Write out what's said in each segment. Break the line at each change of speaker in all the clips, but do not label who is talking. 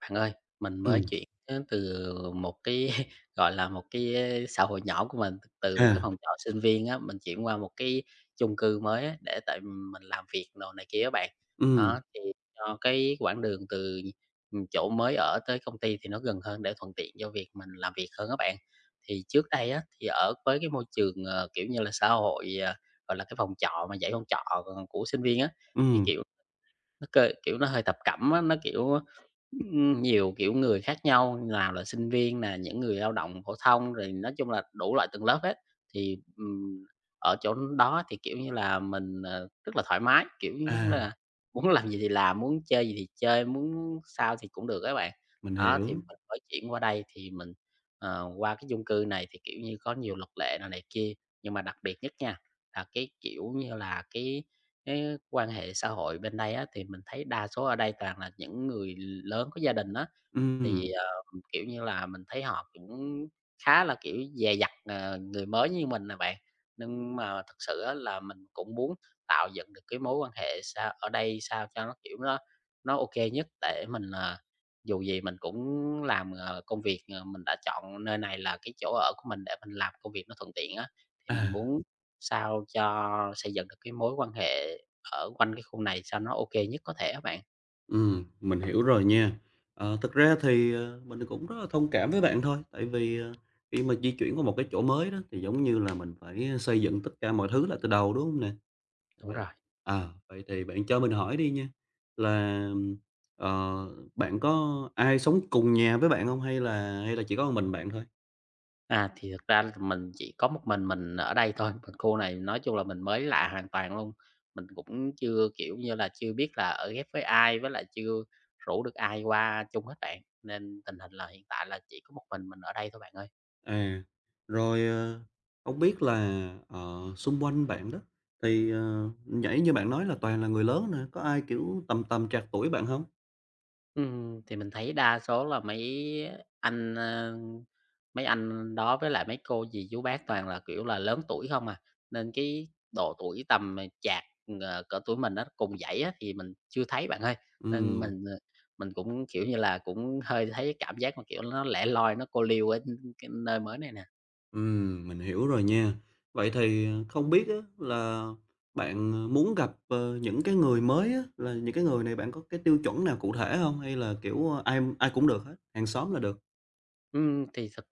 Bạn ơi, mình mới
Ừm.
chuyển đến từ một cái, gọi là, một cái, xã hội nhỏ của mình, từ một cái
À.
phòng trọ sinh viên á, mình chuyển qua một cái chung cư mới á, để tại mình làm việc đồ này kia á bạn.
Ừm.
Đó, thì cho cái quãng đường từ, chỗ mới ở tới công ty thì nó gần hơn để thuận tiện cho việc mình làm việc hơn các bạn. Thì trước đây á, thì ở với cái môi trường, kiểu như là, xã hội, gọi là, cái phòng trọ mà dãy phòng trọ, của sinh viên á, thì,
Ừm.
kiểu nó c kiểu, nó hơi thập cẩm á, nó, kiểu, nhiều, kiểu, người khác nhau, nào là sinh viên nè, những người lao động phổ thông, rồi nói chung là đủ loại tầng lớp hết. Thì, ở chỗ đó thì, kiểu như là, mình, rất là thoải mái, kiểu như, lúc đó
À,
là muốn làm gì thì làm, muốn chơi gì thì chơi, muốn sao thì cũng được các bạn.
mình
Đó, thì
hiểu.
mình mới chuyển qua đây thì mình, qua cái chung cư này thì, kiểu như, có nhiều luật lệ này này kia, nhưng mà đặc biệt nhất nha, là cái, kiểu như là, cái quan hệ xã hội bên đây á, thì mình thấy đa số ở đây toàn là những người lớn có gia đình đó. Thì,
Ừm.
kiểu như là, mình thấy họ cũng khá là, kiểu, dè dặt, người mới như mình nè bạn. Nhưng mà thực sự á là mình cũng muốn tạo dựng được cái mối quan hệ sao ở đây sao cho nó, kiểu, nó ok nhất để mình, dù gì mình cũng làm, công việc, mình đã chọn nơi này là cái chỗ ở của mình để mình làm công việc nó thuận tiện á, thì mình
À.
muốn sao cho xây dựng được cái mối quan hệ ở quanh cái khu này sao nó ok nhất có thể á bạn.
Ừm, mình hiểu rồi nha. Thực ra thì, mình cũng rất là thông cảm với bạn thôi, tại vì, khi mà di chuyển qua một cái chỗ mới đó thì giống như là mình phải xây dựng tất cả mọi thứ lại từ đầu, đúng hông nè?
Đúng
Vậy
rồi.
vậy thì bạn cho mình hỏi đi nha, là, ờ, bạn có ai sống cùng nhà với bạn hông hay là chỉ có một mình bạn thôi?
À, thì thực ra là mình chỉ có một mình ở đây thôi, mình khu này nói chung là mình mới lạ hoàn toàn luôn. Mình cũng chưa, kiểu như là, chưa biết là ở ghép với ai, với lại chưa rủ được ai qua chung hết bạn, nên tình hình là hiện tại là chỉ có một mình ở đây thôi bạn ơi.
À, rồi, hông biết là, xung quanh bạn đó, thì, nãy như bạn nói là toàn là người lớn nè, có ai, kiểu, tầm tầm trạc tuổi bạn không?
Thì mình thấy đa số là anh, ơ, mấy anh đó với lại mấy cô dì chú bác toàn là, kiểu là, lớn tuổi không à, nên cái độ tuổi tầm, chạc, cỡ tuổi mình đó cùng dãy á thì mình chưa thấy bạn ơi. Nên
Ừ.
mình cũng, kiểu như là, cũng hơi thấy cảm giác mà, kiểu, nó lẻ loi, nó cô liêu ở cái nơi mới này nè.
Ừm, mình hiểu rồi nha. Vậy thì, không biết á là bạn, muốn gặp, những cái người mới á, là những cái người này bạn có cái tiêu chuẩn nào cụ thể không? Hay là, kiểu, ai ai cũng được hết, hàng xóm là được?
Thì thực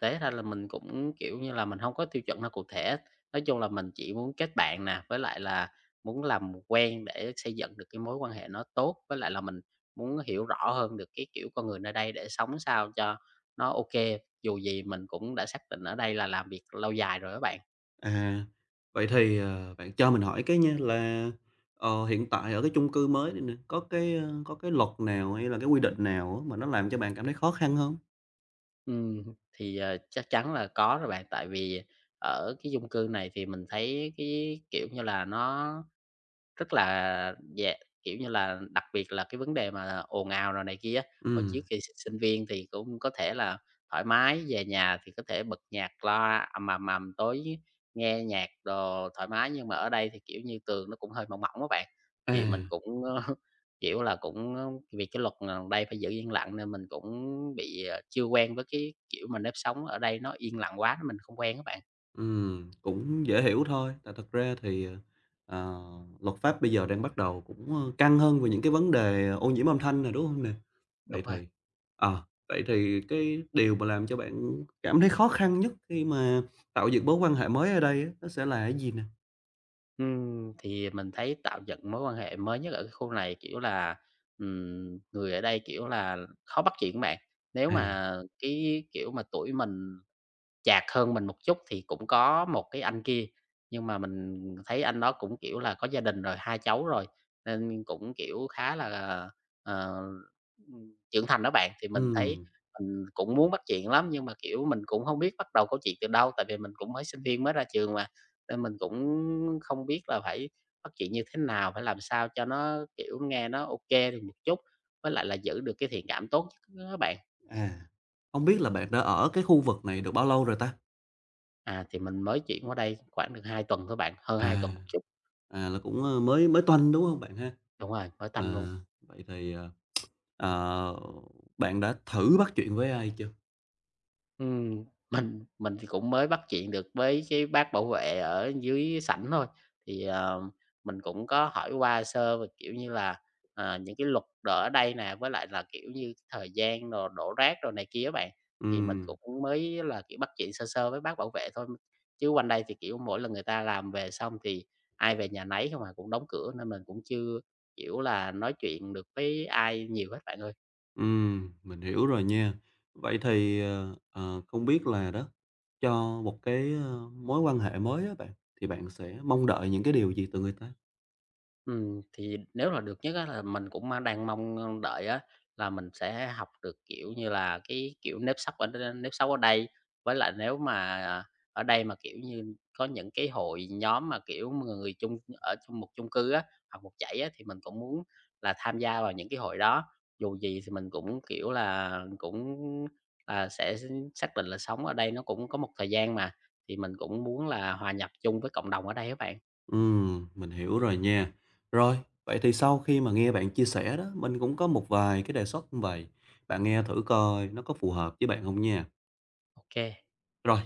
tế ra là mình cũng, kiểu như là, mình hông có tiêu chuẩn nào cụ thể. Nói chung là mình chỉ muốn kết bạn nè, với lại là muốn làm quen để xây dựng được cái mối quan hệ nó tốt, với lại là mình muốn hiểu rõ hơn được cái kiểu con người nơi đây để sống sao cho nó ô kê. Dù gì mình cũng đã xác định ở đây là làm việc lâu dài rồi á bạn.
À, vậy thì, bạn cho mình hỏi cái nha là, hiện tại ở cái chung cư mới này nè, có cái, có cái luật nào hay là cái quy định nào á mà nó làm cho bạn cảm thấy khó khăn không?
Ừm, chắc chắn là có rồi bạn, tại vì ở cái chung cư này thì mình thấy cái, kiểu như là, nó rất là dạ, kiểu như là, đặc biệt là cái vấn đề mà ồn ào rồi này kia hồi trước
Ừm.
thì sinh viên thì cũng có thể là thoải mái, về nhà thì có thể bật nhạc loa ầm, ầm, ầm, tối nghe nhạc đồ thoải mái, nhưng mà ở đây thì, kiểu như, tường nó cũng hơi mỏng mỏng các bạn,
À.
thì mình cũng, kiểu là, cũng vì cái luật là đây phải giữ yên lặng nên mình cũng bị, chưa quen với cái kiểu mà nếp sống ở đây nó yên lặng quá, mình không quen các bạn.
Cũng dễ hiểu thôi, tại thật ra thì, ờ, luật pháp bây giờ đang bắt đầu cũng, căng hơn về những cái vấn đề ô nhiễm âm thanh này đúng không nè?
Đúng
Vậy
rồi.
thì ờ, vậy thì cái điều mà làm cho bạn cảm thấy khó khăn nhất khi mà tạo dựng mối quan hệ mới ở đây á, nó sẽ là cái gì nè?
Thì mình thấy tạo dựng mối quan hệ mới nhất ở cái khu này, kiểu là, người ở đây, kiểu là, khó bắt chuyện các bạn. Nếu
À.
mà cái, kiểu mà, tuổi mình chạc hơn mình một chút thì cũng có một cái anh kia, nhưng mà mình thấy anh đó cũng, kiểu là, có gia đình rồi, 2 cháu rồi, nên cũng, kiểu, khá là, ờ, trưởng thành đó bạn. Thì mình thấy
Ừm.
mình cũng muốn bắt chuyện lắm, nhưng mà, kiểu, mình cũng không biết bắt đầu câu chuyện từ đâu, tại vì mình cũng mới sinh viên mới ra trường mà, nên mình cũng không biết là phải bắt chuyện như thế nào, phải làm sao cho nó, kiểu, nghe nó ok được một chút, với lại là giữ được cái thiện cảm tốt nhất á bạn.
À, hông biết là bạn đã ở cái khu vực này được bao lâu rồi ta?
À, thì mình mới chuyển qua đây khoảng được 2 tuần thôi bạn, hơn 2
À.
tuần một chút.
À, là cũng, mới mới tuần đúng không bạn ha?
Đúng rồi, mới tanh luôn.
Ờ, vậy thì, ờ, bạn đã thử bắt chuyện với ai chưa?
Ừm, mình thì cũng mới bắt chuyện được với cái bác bảo vệ ở dưới sảnh thôi, thì, mình cũng có hỏi qua sơ và kiểu như là, những cái luật ở đây nè, với lại là, kiểu như, thời gian rồi đổ rác rồi này kia á bạn, thì mình
Ừm.
cũng mới là, kiểu, bắt chuyện sơ sơ với bác bảo vệ thôi. Chứ quanh đây thì, kiểu, mỗi lần người ta làm về xong thì ai về nhà nấy không à, cũng đóng cửa nên mình cũng chưa, kiểu là, nói chuyện được với ai nhiều hết bạn ơi.
Ừm, mình hiểu rồi nha. Vậy thì, không biết là đó, cho một cái, mối quan hệ mới á bạn, thì bạn sẽ mong đợi những cái điều gì từ người ta?
Thì nếu là được nhất á là mình cũng, đang mong, đợi á là mình sẽ học được, kiểu như là, cái kiểu nếp sống ở đây. Với lại nếu mà ở đây mà, kiểu như, có những cái hội nhóm mà, kiểu, người chung ở chung một chung cư á, hoặc một dãy á, thì mình cũng muốn là tham gia vào những cái hội đó. Dù gì thì mình cũng, kiểu là, cũng là sẽ xác định là sống ở đây nó cũng có một thời gian mà, thì mình cũng muốn là hòa nhập chung với cộng đồng ở đây các bạn.
Mình hiểu rồi nha. Rồi, vậy thì sau khi mà nghe bạn chia sẻ đó, mình cũng có một vài cái đề xuất như vậy bạn nghe thử coi nó có phù hợp với bạn không nha.
Ok
Rồi,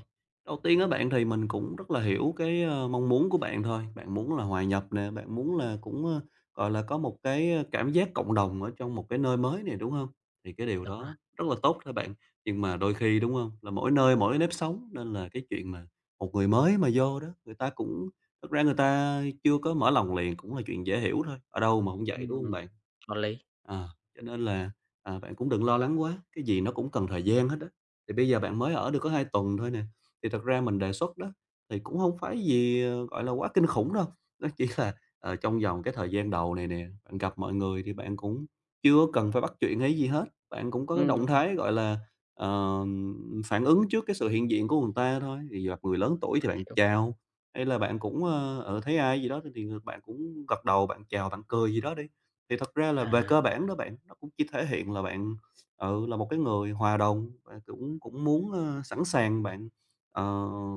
đầu tiên á bạn thì mình cũng rất là hiểu cái, mong muốn của bạn thôi, bạn muốn là hòa nhập nè, bạn muốn là cũng, gọi là, có một cái, cảm giác cộng đồng ở trong một cái nơi mới này, đúng không? Thì cái điều
đúng rồi.
đó rất là tốt thôi bạn, nhưng mà đôi khi, đúng không, là mỗi nơi mỗi nếp sống nên là cái chuyện mà một người mới mà vô đó, người ta cũng thực ra người ta chưa có mở lòng liền cũng là chuyện dễ hiểu thôi, ở đâu mà không vậy, đúng
Ừm.
không bạn?
Có lý.
À, cho nên là, bạn cũng đừng lo lắng quá, cái gì nó cũng cần thời gian hết á. Thì bây giờ bạn mới ở được có 2 tuần thôi nè, thì thật ra mình đề xuất đó, thì cũng không phải gì, gọi là, quá kinh khủng đâu. Nó chỉ là, trong vòng cái thời gian đầu này nè, bạn gặp mọi người thì bạn cũng chưa cần phải bắt chuyện hay gì hết, bạn cũng có cái
Ừm,
động thái, gọi là, ờm, phản ứng trước cái sự hiện diện của người ta thôi. Thì gặp người lớn tuổi thì bạn
Hiểu,
chào, hay là bạn cũng, ở thấy ai gì đó thì người bạn cũng gật đầu, bạn chào, bạn cười gì đó đi. Thì thật ra là về
à,
cơ bản đó bạn, nó cũng chỉ thể hiện là bạn là một cái người hòa đồng và cũng cũng muốn, sẵn sàng bạn, ờ,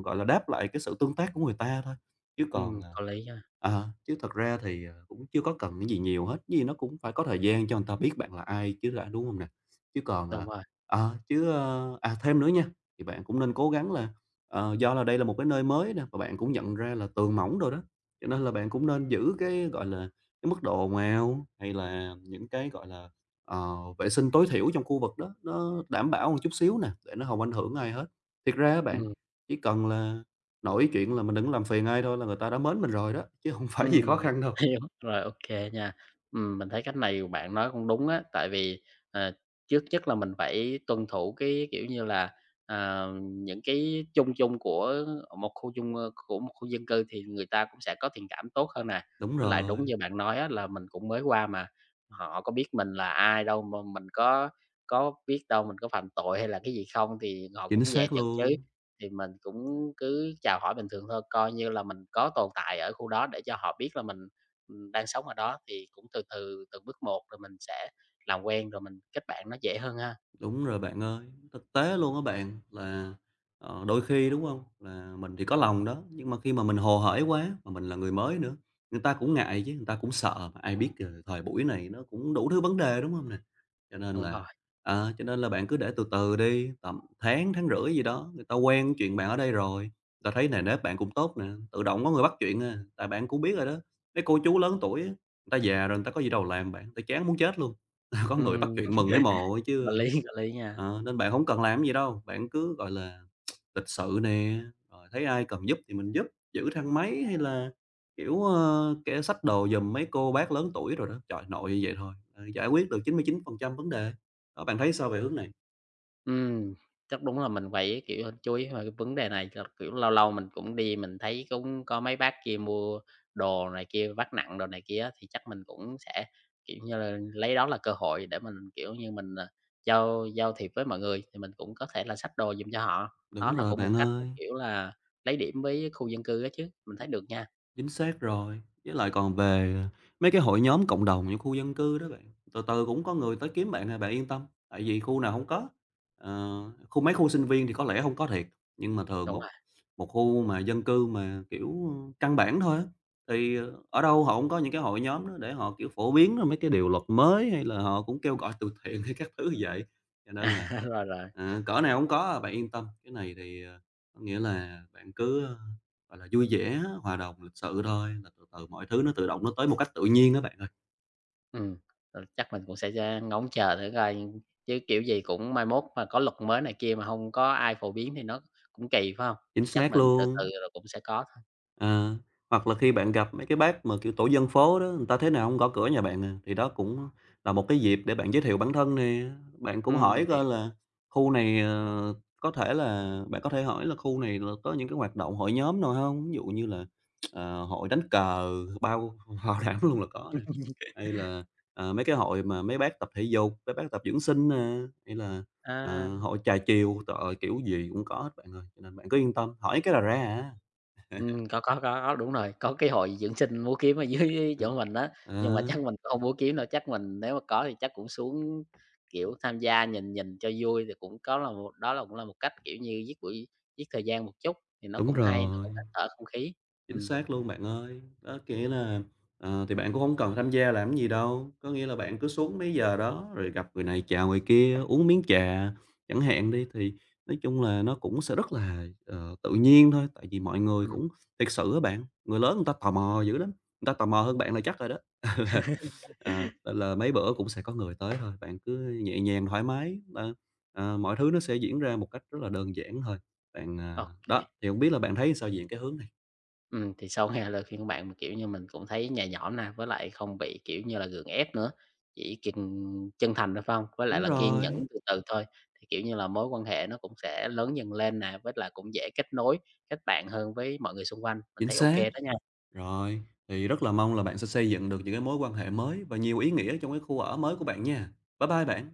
gọi là, đáp lại cái sự tương tác của người ta thôi, chứ còn,
Có lý nha,
chứ thật ra thì, cũng chưa có cần cái gì nhiều hết, cái gì nó cũng phải có thời gian cho người ta biết bạn là ai chứ đã, đúng không nè? Chứ còn, ờ,
đúng
à
rồi.
ờ, chứ, ơ à, Thêm nữa nha, thì bạn cũng nên cố gắng là, do là đây là một cái nơi mới nè, và bạn cũng nhận ra là tường mỏng rồi đó, cho nên là bạn cũng nên giữ cái, gọi là, cái mức độ ồn ào, hay là những cái, gọi là vệ sinh tối thiểu trong khu vực đó, nó đảm bảo một chút xíu nè, để nó không ảnh hưởng ai hết. Thiệt ra á bạn,
Ừm,
chỉ cần là nổi chuyện là mình đừng làm phiền ai thôi là người ta đã mến mình rồi đó, chứ không phải gì khó
ừm.
khăn đâu.
Hiểu, rồi, ô kê nha. Mình thấy cách này bạn nói cũng đúng á, tại vì, ờ, trước nhất là mình phải tuân thủ cái, kiểu như là, những cái chung chung của một khu dân cư thì người ta cũng sẽ có thiện cảm tốt hơn nè.
Đúng
Với lại đúng
rồi,
như bạn nói á là mình cũng mới qua mà, họ có biết mình là ai đâu, mà mình có biết đâu mình có phạm tội hay là cái gì không thì họ
chính
cũng dè
xác
chừng chứ.
luôn.
Thì mình cũng cứ chào hỏi bình thường thôi, coi như là mình có tồn tại ở khu đó để cho họ biết là mình, đang sống ở đó, thì cũng từ từ từng bước một rồi mình sẽ làm quen, rồi mình kết bạn nó dễ hơn ha.
Đúng rồi bạn ơi, thực tế luôn á bạn là, đôi khi, đúng không? Là mình thì có lòng đó, nhưng mà khi mà mình hồ hởi quá, mà mình là người mới nữa, người ta cũng ngại chứ, người ta cũng sợ, mà ai biết, thời buổi này nó cũng đủ thứ vấn đề, đúng không nè? Cho nên
Đúng
là
rồi.
cho nên là bạn cứ để từ từ đi, tầm tháng, tháng rưỡi gì đó, người ta quen chuyện bạn ở đây rồi, người ta thấy nề nếp bạn cũng tốt nè, tự động có người bắt chuyện à. Tại bạn cũng biết rồi đó, mấy cô chú lớn tuổi á, người ta già rồi, người ta có gì đâu làm bạn, người ta chán muốn chết luôn, có người bắt
Ừm.
chuyện mừng thấy mồ ấy
Có
chứ.
lý, có lý nha.
Ờ, nên bạn không cần làm gì đâu, bạn cứ, gọi là, lịch sự nè, rồi thấy ai cần giúp thì mình giúp, giữ thang máy hay là, kiểu, kẻ xách đồ giùm mấy cô bác lớn tuổi rồi đó. Trời, nội như vậy thôi, giải quyết được 99% vấn đề. Đó, bạn thấy sao về hướng này?
Ừm, chắc đúng là mình phải, kiểu, chú ý về cái vấn đề này cho, kiểu, lâu lâu mình cũng đi mình thấy cũng có mấy bác kia mua đồ này kia, vác nặng đồ này kia á, thì chắc mình cũng sẽ, kiểu như là, lấy đó là cơ hội để mình, kiểu như, mình, giao giao thiệp với mọi người thì mình cũng có thể là xách đồ giùm cho họ. Đó
Đúng
là
rồi
cũng một
bạn
cách,
ơi.
kiểu là, lấy điểm với khu dân cư á chứ, mình thấy được nha.
Chính xác rồi, với lại còn về, mấy cái hội nhóm cộng đồng những khu dân cư đó bạn, từ từ cũng có người tới kiếm bạn à, bạn yên tâm, tại vì khu nào không có. Ờ, mấy khu sinh viên thì có lẽ không có thiệt, nhưng mà thường
Đúng
một
rồi.
một khu mà dân cư mà, kiểu, căn bản thôi á, thì, ở đâu họ cũng có những cái hội nhóm đó để họ, kiểu, phổ biến ra mấy cái điều luật mới, hay là họ cũng kêu gọi từ thiện hay các thứ như vậy. Cho nên là,
Rồi, rồi.
cỡ nào cũng có à, bạn yên tâm, cái này thì, có nghĩa là bạn cứ, gọi là, vui vẻ, hòa đồng, lịch sự thôi, là từ từ mọi thứ nó tự động nó tới một cách tự nhiên á bạn ơi.
Ừm, chắc mình cũng sẽ ngóng chờ thử coi, chứ kiểu gì cũng mai mốt mà có luật mới này kia mà không có ai phổ biến thì nó cũng kỳ, phải không?
Chính
Thì chắc
xác
mình từ từ
luôn.
rồi cũng sẽ có thôi.
Ờ, hoặc là khi bạn gặp mấy cái bác mà, kiểu, tổ dân phố đó, người ta thế nào không gõ cửa nhà bạn à, thì đó cũng là một cái dịp để bạn giới thiệu bản thân nè. Bạn cũng
Mình
hỏi coi
hiểu.
là khu này, có thể là bạn có thể hỏi là khu này là có những cái hoạt động hội nhóm nào không? Ví dụ như là, hội đánh cờ, bao bảo đảm luôn là có nè, hay là, mấy cái hội mà mấy bác tập thể dục, mấy bác tập dưỡng sinh nè, hay là,
À,
hội trà chiều, trời ơi, kiểu gì cũng có hết bạn ơi, cho nên bạn cứ yên tâm, hỏi cái là ra à.
có đúng rồi, có cái hội dưỡng sinh múa kiếm ở dưới
Ừm.
chỗ mình đó. Nhưng mà
Đó,
chắc mình không múa kiếm đâu, chắc mình nếu mà có thì chắc cũng xuống, kiểu, tham gia nhìn nhìn cho vui thì cũng có là một đó là cũng là một cách, kiểu như, giết thời gian một chút thì nó
đúng
cũng hay, nó
rồi,
cũng hít thở không khí.
chính
Ừ,
xác luôn bạn ơi. Đó, nghĩa là, thì bạn cũng hổng cần tham gia làm cái gì đâu, có nghĩa là bạn cứ xuống mấy giờ đó rồi gặp người này chào người kia, uống miếng trà chẳng hạn đi, thì nói chung là nó cũng sẽ rất là, tự nhiên thôi. Tại vì mọi người
ừ,
cũng thiệt sự á bạn, người lớn người ta tò mò dữ lắm, người ta tò mò hơn bạn là chắc rồi đó. Ờ, là mấy bữa cũng sẽ có người tới thôi, bạn cứ nhẹ nhàng, thoải mái, mọi thứ nó sẽ diễn ra một cách rất là đơn giản thôi. Bạn,
ok.
đó, thì hổng biết là bạn thấy sao về cái hướng này?
Thì sau nghe lời khuyên của bạn, mà, kiểu như, mình cũng thấy nhẹ nhõm nè, với lại không bị, kiểu như là, gượng ép nữa, chỉ cần chân thành thôi, phải hông? Với lại
Đúng
là kiên
rồi,
nhẫn từ từ thôi, thì, kiểu như là, mối quan hệ nó cũng sẽ lớn dần lên nè, với lại cũng dễ kết nối, kết bạn hơn với mọi người xung quanh. Mình
chính
thấy ok
xác.
đó nha.
Rồi, thì rất là mong là bạn sẽ xây dựng được những cái mối quan hệ mới và nhiều ý nghĩa trong cái khu ở mới của bạn nha. Bye bye bạn.